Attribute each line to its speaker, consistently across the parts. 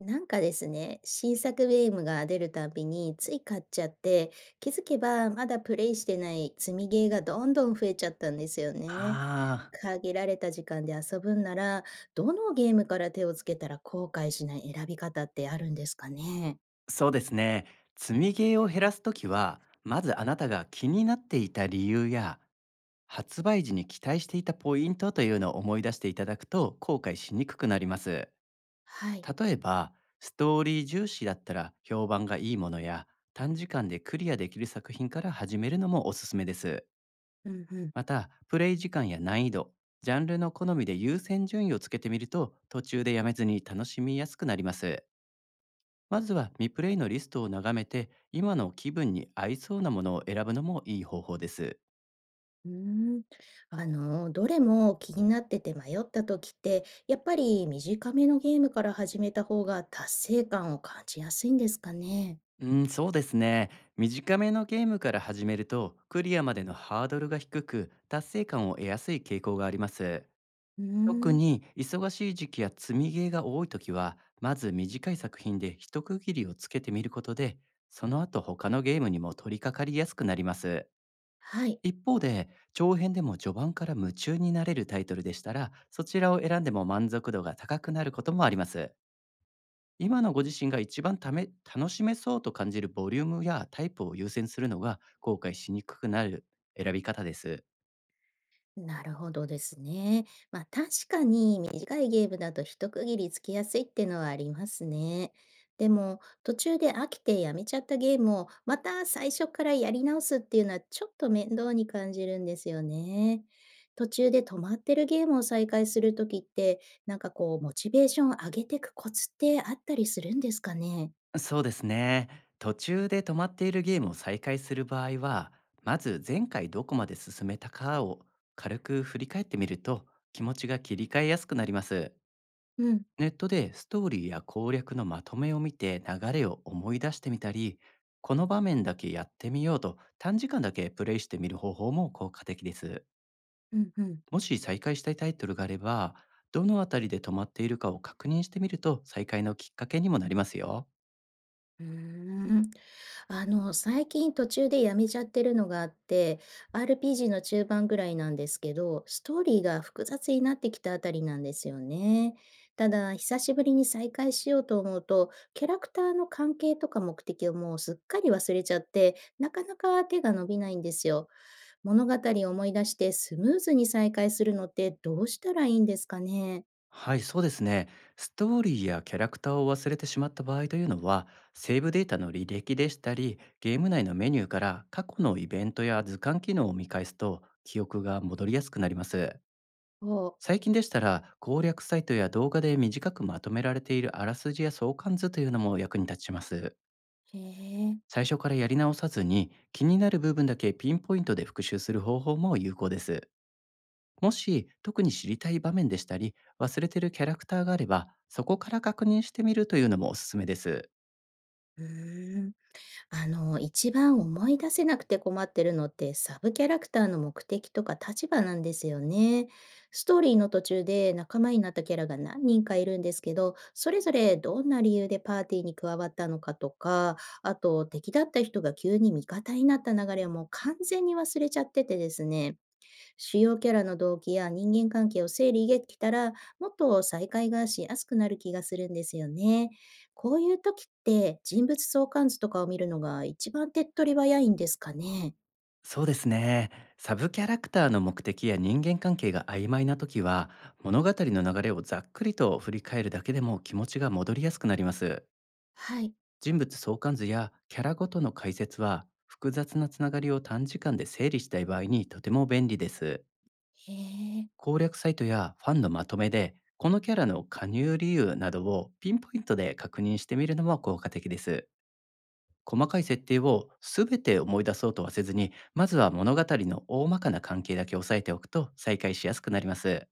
Speaker 1: なんかですね、新作ゲームが出るたびについ買っちゃって、気づけばまだプレイしてない積みゲーがどんどん増えちゃったんですよね。
Speaker 2: ああ、
Speaker 1: 限られた時間で遊ぶんなら、どのゲームから手をつけたら後悔しない選び方ってあるんですかね？
Speaker 2: そうですね。積みゲーを減らすときは、まずあなたが気になっていた理由や、発売時に期待していたポイントというのを思い出していただくと後悔しにくくなります。
Speaker 1: はい。
Speaker 2: 例えば、ストーリー重視だったら評判がいいものや、短時間でクリアできる作品から始めるのもおすすめです。
Speaker 1: うんうん。
Speaker 2: また、プレイ時間や難易度、ジャンルの好みで優先順位をつけてみると、途中でやめずに楽しみやすくなります。まずは未プレイのリストを眺めて、今の気分に合いそうなものを選ぶのもいい方法です。
Speaker 1: うーん。どれも気になってて迷った時って、やっぱり短めのゲームから始めた方が達成感を感じやすいんですかね？
Speaker 2: うん、そうですね。短めのゲームから始めると、クリアまでのハードルが低く、達成感を得やすい傾向があります。
Speaker 1: うー
Speaker 2: 特
Speaker 1: ん。
Speaker 2: に忙しい時期や積みゲーが多い時は、まず短い作品で一区切りをつけてみることで、その後他のゲームにも取り掛かりやすくなります。
Speaker 1: はい。
Speaker 2: 一方で、長編でも序盤から夢中になれるタイトルでしたら、そちらを選んでも満足度が高くなることもあります。今のご自身が一番ため楽しめそうと感じるボリュームやタイプを優先するのが後悔しにくくなる選び方です。
Speaker 1: なるほどですね。まあ確かに短いゲームだと一区切りつきやすいってのはありますね。でも途中で飽きてやめちゃったゲームをまた最初からやり直すっていうのはちょっと面倒に感じるんですよね。途中で止まってるゲームを再開するときってなんかこうモチベーション上げてくコツってあったりするんですかね？
Speaker 2: そうですね。途中で止まっているゲームを再開する場合は、まず前回どこまで進めたかを軽く振り返ってみると気持ちが切り替えやすくなります。
Speaker 1: うん、
Speaker 2: ネットでストーリーや攻略のまとめを見て流れを思い出してみたり、この場面だけやってみようと短時間だけプレイしてみる方法も効果的です。
Speaker 1: うん、うん。
Speaker 2: もし再開したいタイトルがあれば、どのあたりで止まっているかを確認してみると再開のきっかけにもなりますよ。
Speaker 1: うーん。最近途中でやめちゃってるのがあって、RPG の中盤ぐらいなんですけど、ストーリーが複雑になってきたあたりなんですよね。ただ、久しぶりに再開しようと思うと、キャラクターの関係とか目的をもうすっかり忘れちゃって、なかなか手が伸びないんですよ。物語を思い出してスムーズに再開するのってどうしたらいいんですかね？
Speaker 2: はい、そうですね。ストーリーやキャラクターを忘れてしまった場合というのは、セーブデータの履歴でしたり、ゲーム内のメニューから過去のイベントや図鑑機能を見返すと記憶が戻りやすくなります。
Speaker 1: お、
Speaker 2: 最近でしたら、攻略サイトや動画で短くまとめられているあらすじや相関図というのも役に立ちます。
Speaker 1: へえ。
Speaker 2: 最初からやり直さずに、気になる部分だけピンポイントで復習する方法も有効です。もし特に知りたい場面でしたり、忘れてるキャラクターがあれば、そこから確認してみるというのもおすすめです。
Speaker 1: うーん。一番思い出せなくて困ってるのって、サブキャラクターの目的とか立場なんですよね。ストーリーの途中で仲間になったキャラが何人かいるんですけど、それぞれどんな理由でパーティーに加わったのかとか、あと敵だった人が急に味方になった流れをもう完全に忘れちゃっててですね。主要キャラの動機や人間関係を整理できたら、もっと再会がしやすくなる気がするんですよね。こういう時って人物相関図とかを見るのが一番手っ取り早いんですかね？
Speaker 2: そうですね。サブキャラクターの目的や人間関係が曖昧な時は、物語の流れをざっくりと振り返るだけでも気持ちが戻りやすくなります。
Speaker 1: はい。
Speaker 2: 人物相関図やキャラごとの解説は、複雑なつながりを短時間で整理したい場合にとても便利です。
Speaker 1: へえ。
Speaker 2: 攻略サイトやファンのまとめで、このキャラの加入理由などをピンポイントで確認してみるのも効果的です。細かい設定を全て思い出そうとはせずに、まずは物語の大まかな関係だけ押さえておくと再開しやすくなります。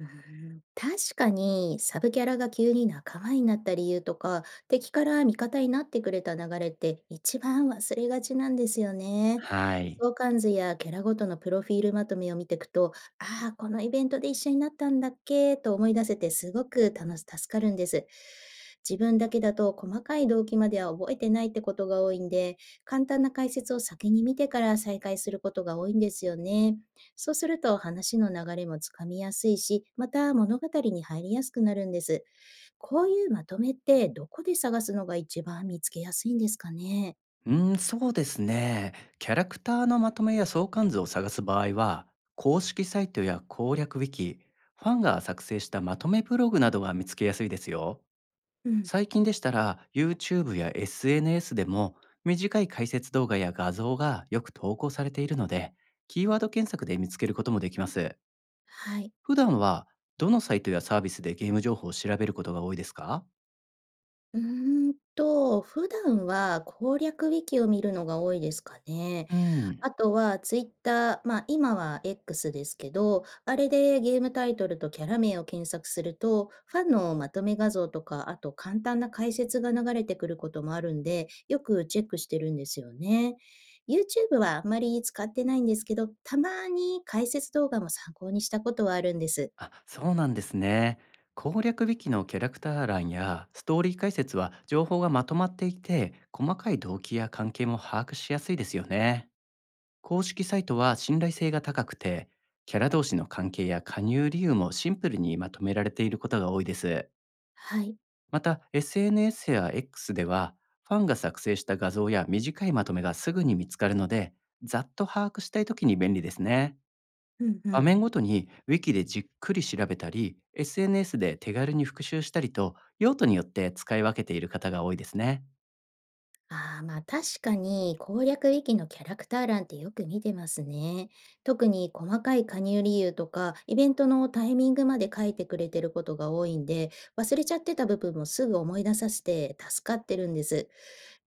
Speaker 1: うーん。確かにサブキャラが急に仲間になった理由とか敵から味方になってくれた流れって一番忘れがちなんですよね。
Speaker 2: はい。
Speaker 1: 相関図やキャラごとのプロフィールまとめを見ていくと、ああ、このイベントで一緒になったんだっけと思い出せてすごく楽し助かるんです。自分だけだと細かい動機までは覚えてないってことが多いんで、簡単な解説を先に見てから再開することが多いんですよね。そうすると話の流れもつかみやすいし、また物語に入りやすくなるんです。こういうまとめってどこで探すのが一番見つけやすいんですかね？
Speaker 2: うーん、そうですね。キャラクターのまとめや相関図を探す場合は、公式サイトや攻略ウィキ、ファンが作成したまとめブログなどが見つけやすいですよ。
Speaker 1: うん、
Speaker 2: 最近でしたら、YouTube や SNS でも短い解説動画や画像がよく投稿されているので、キーワード検索で見つけることもできます。
Speaker 1: はい。
Speaker 2: 普段は、どのサイトやサービスでゲーム情報を調べることが多いですか？
Speaker 1: 普段は攻略ウィキを見るのが多いですかね。
Speaker 2: うん。
Speaker 1: あとはツイッター、まあ、今は X ですけど、あれでゲームタイトルとキャラ名を検索すると、ファンのまとめ画像とか、あと簡単な解説が流れてくることもあるんで、よくチェックしてるんですよね。YouTube はあまり使ってないんですけど、たまに解説動画も参考にしたことはあるんです。
Speaker 2: あ、そうなんですね。攻略ウィキのキャラクター欄やストーリー解説は情報がまとまっていて、細かい動機や関係も把握しやすいですよね。公式サイトは信頼性が高くて、キャラ同士の関係や加入理由もシンプルにまとめられていることが多いです。
Speaker 1: はい。
Speaker 2: また、SNS や X では、ファンが作成した画像や短いまとめがすぐに見つかるので、ざっと把握したいときに便利ですね。
Speaker 1: うんう
Speaker 2: 場
Speaker 1: ん。
Speaker 2: 面ごとにウィキでじっくり調べたり、 SNS で手軽に復習したりと、用途によって使い分けている方が多いですね。
Speaker 1: ああ、まあ確かに攻略ウィキのキャラクター欄ってよく見てますね。特に細かい加入理由とか、イベントのタイミングまで書いてくれてることが多いんで、忘れちゃってた部分もすぐ思い出させて助かってるんです。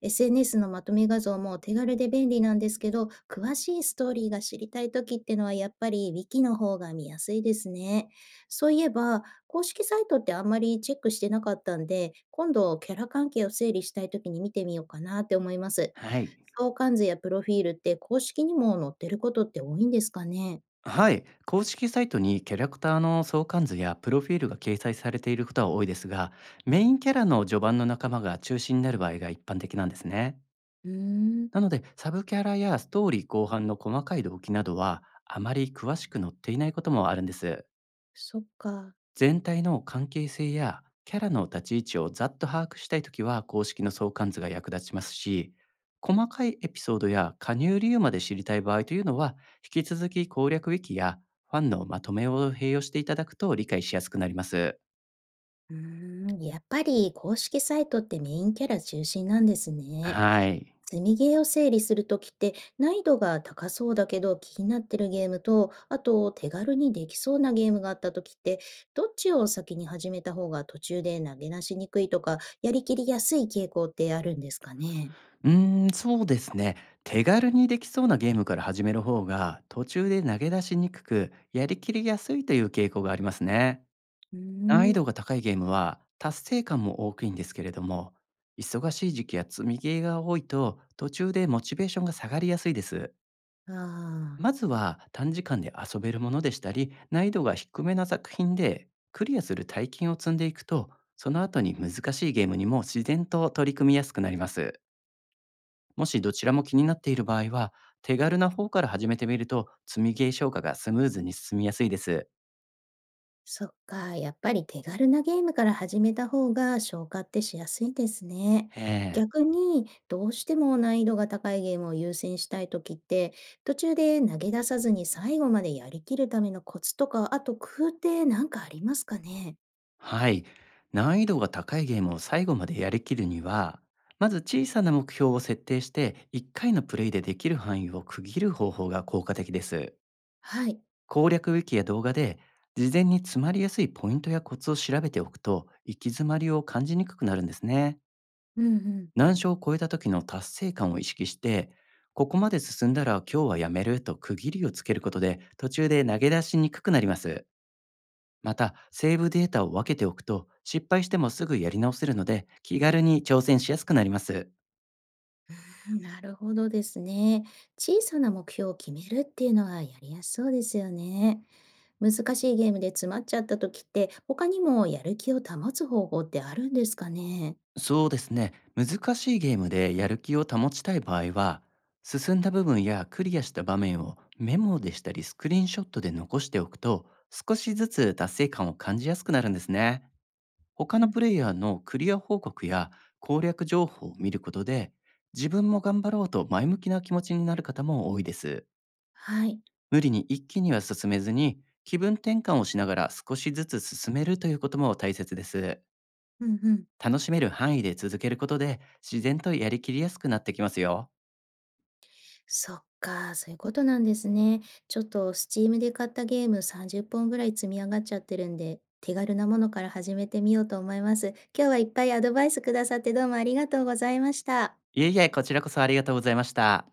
Speaker 1: SNS のまとめ画像も手軽で便利なんですけど、詳しいストーリーが知りたいときってのはやっぱり Wiki の方が見やすいですね。そういえば、公式サイトってあんまりチェックしてなかったんで、今度キャラ関係を整理したいときに見てみようかなって思います。
Speaker 2: はい。
Speaker 1: 相関図やプロフィールって公式にも載ってることって多いんですかね？
Speaker 2: はい。公式サイトにキャラクターの相関図やプロフィールが掲載されていることは多いですが、メインキャラの序盤の仲間が中心になる場合が一般的なんですね。
Speaker 1: うーん、
Speaker 2: なので、サブキャラやストーリー後半の細かい動機などはあまり詳しく載っていないこともあるんです。
Speaker 1: そっか。
Speaker 2: 全体の関係性やキャラの立ち位置をざっと把握したいときは公式の相関図が役立ちますし、細かいエピソードや加入理由まで知りたい場合というのは、引き続き攻略ウィキやファンのまとめを併用していただくと理解しやすくなります。
Speaker 1: うーん、やっぱり公式サイトってメインキャラ中心なんですね。
Speaker 2: はい。
Speaker 1: 積みゲーを整理するときって、難易度が高そうだけど気になってるゲームと、あと手軽にできそうなゲームがあったときって、どっちを先に始めた方が途中で投げ出しにくいとか、やりきりやすい傾向ってあるんですかね？
Speaker 2: うーん、そうですね。手軽にできそうなゲームから始める方が、途中で投げ出しにくく、やりきりやすいという傾向がありますね。
Speaker 1: うー
Speaker 2: 難易
Speaker 1: ん。
Speaker 2: 度が高いゲームは達成感も多きいんですけれども、忙しい時期や積みゲーが多いと途中でモチベーションが下がりやすいです。
Speaker 1: ああー。
Speaker 2: まずは短時間で遊べるものでしたり、難易度が低めな作品でクリアする体験を積んでいくと、その後に難しいゲームにも自然と取り組みやすくなります。もしどちらも気になっている場合は、手軽な方から始めてみると積みゲー消化がスムーズに進みやすいです。
Speaker 1: そっか、やっぱり手軽なゲームから始めた方が消化ってしやすいですね。
Speaker 2: ええ。
Speaker 1: 逆に、どうしても難易度が高いゲームを優先したい時って、途中で投げ出さずに最後までやりきるためのコツとか、あと工夫って何かありますかね？
Speaker 2: はい。難易度が高いゲームを最後までやりきるには、まず小さな目標を設定して、1回のプレイでできる範囲を区切る方法が効果的です。
Speaker 1: はい。
Speaker 2: 攻略ウィキや動画で、事前に詰まりやすいポイントやコツを調べておくと、行き詰まりを感じにくくなるんですね。
Speaker 1: うんうん。
Speaker 2: 難所を超えた時の達成感を意識して、ここまで進んだら今日はやめると区切りをつけることで、途中で投げ出しにくくなります。また、セーブデータを分けておくと、失敗してもすぐやり直せるので、気軽に挑戦しやすくなります。
Speaker 1: なるほどですね。小さな目標を決めるっていうのはやりやすそうですよね。難しいゲームで詰まっちゃった時って、他にもやる気を保つ方法ってあるんですかね？
Speaker 2: そうですね。難しいゲームでやる気を保ちたい場合は、進んだ部分やクリアした場面をメモでしたりスクリーンショットで残しておくと、少しずつ達成感を感じやすくなるんですね。他のプレイヤーのクリア報告や攻略情報を見ることで、自分も頑張ろうと前向きな気持ちになる方も多いです。
Speaker 1: はい。
Speaker 2: 無理に一気には進めずに、気分転換をしながら少しずつ進めるということも大切です。
Speaker 1: うんうん。
Speaker 2: 楽しめる範囲で続けることで、自然とやりきりやすくなってきますよ。
Speaker 1: そっか、そういうことなんですね。ちょっと Steam で買ったゲーム30本ぐらい積み上がっちゃってるんで、手軽なものから始めてみようと思います。今日はいっぱいアドバイスくださってどうもありがとうございました。
Speaker 2: いえいえ、こちらこそありがとうございました。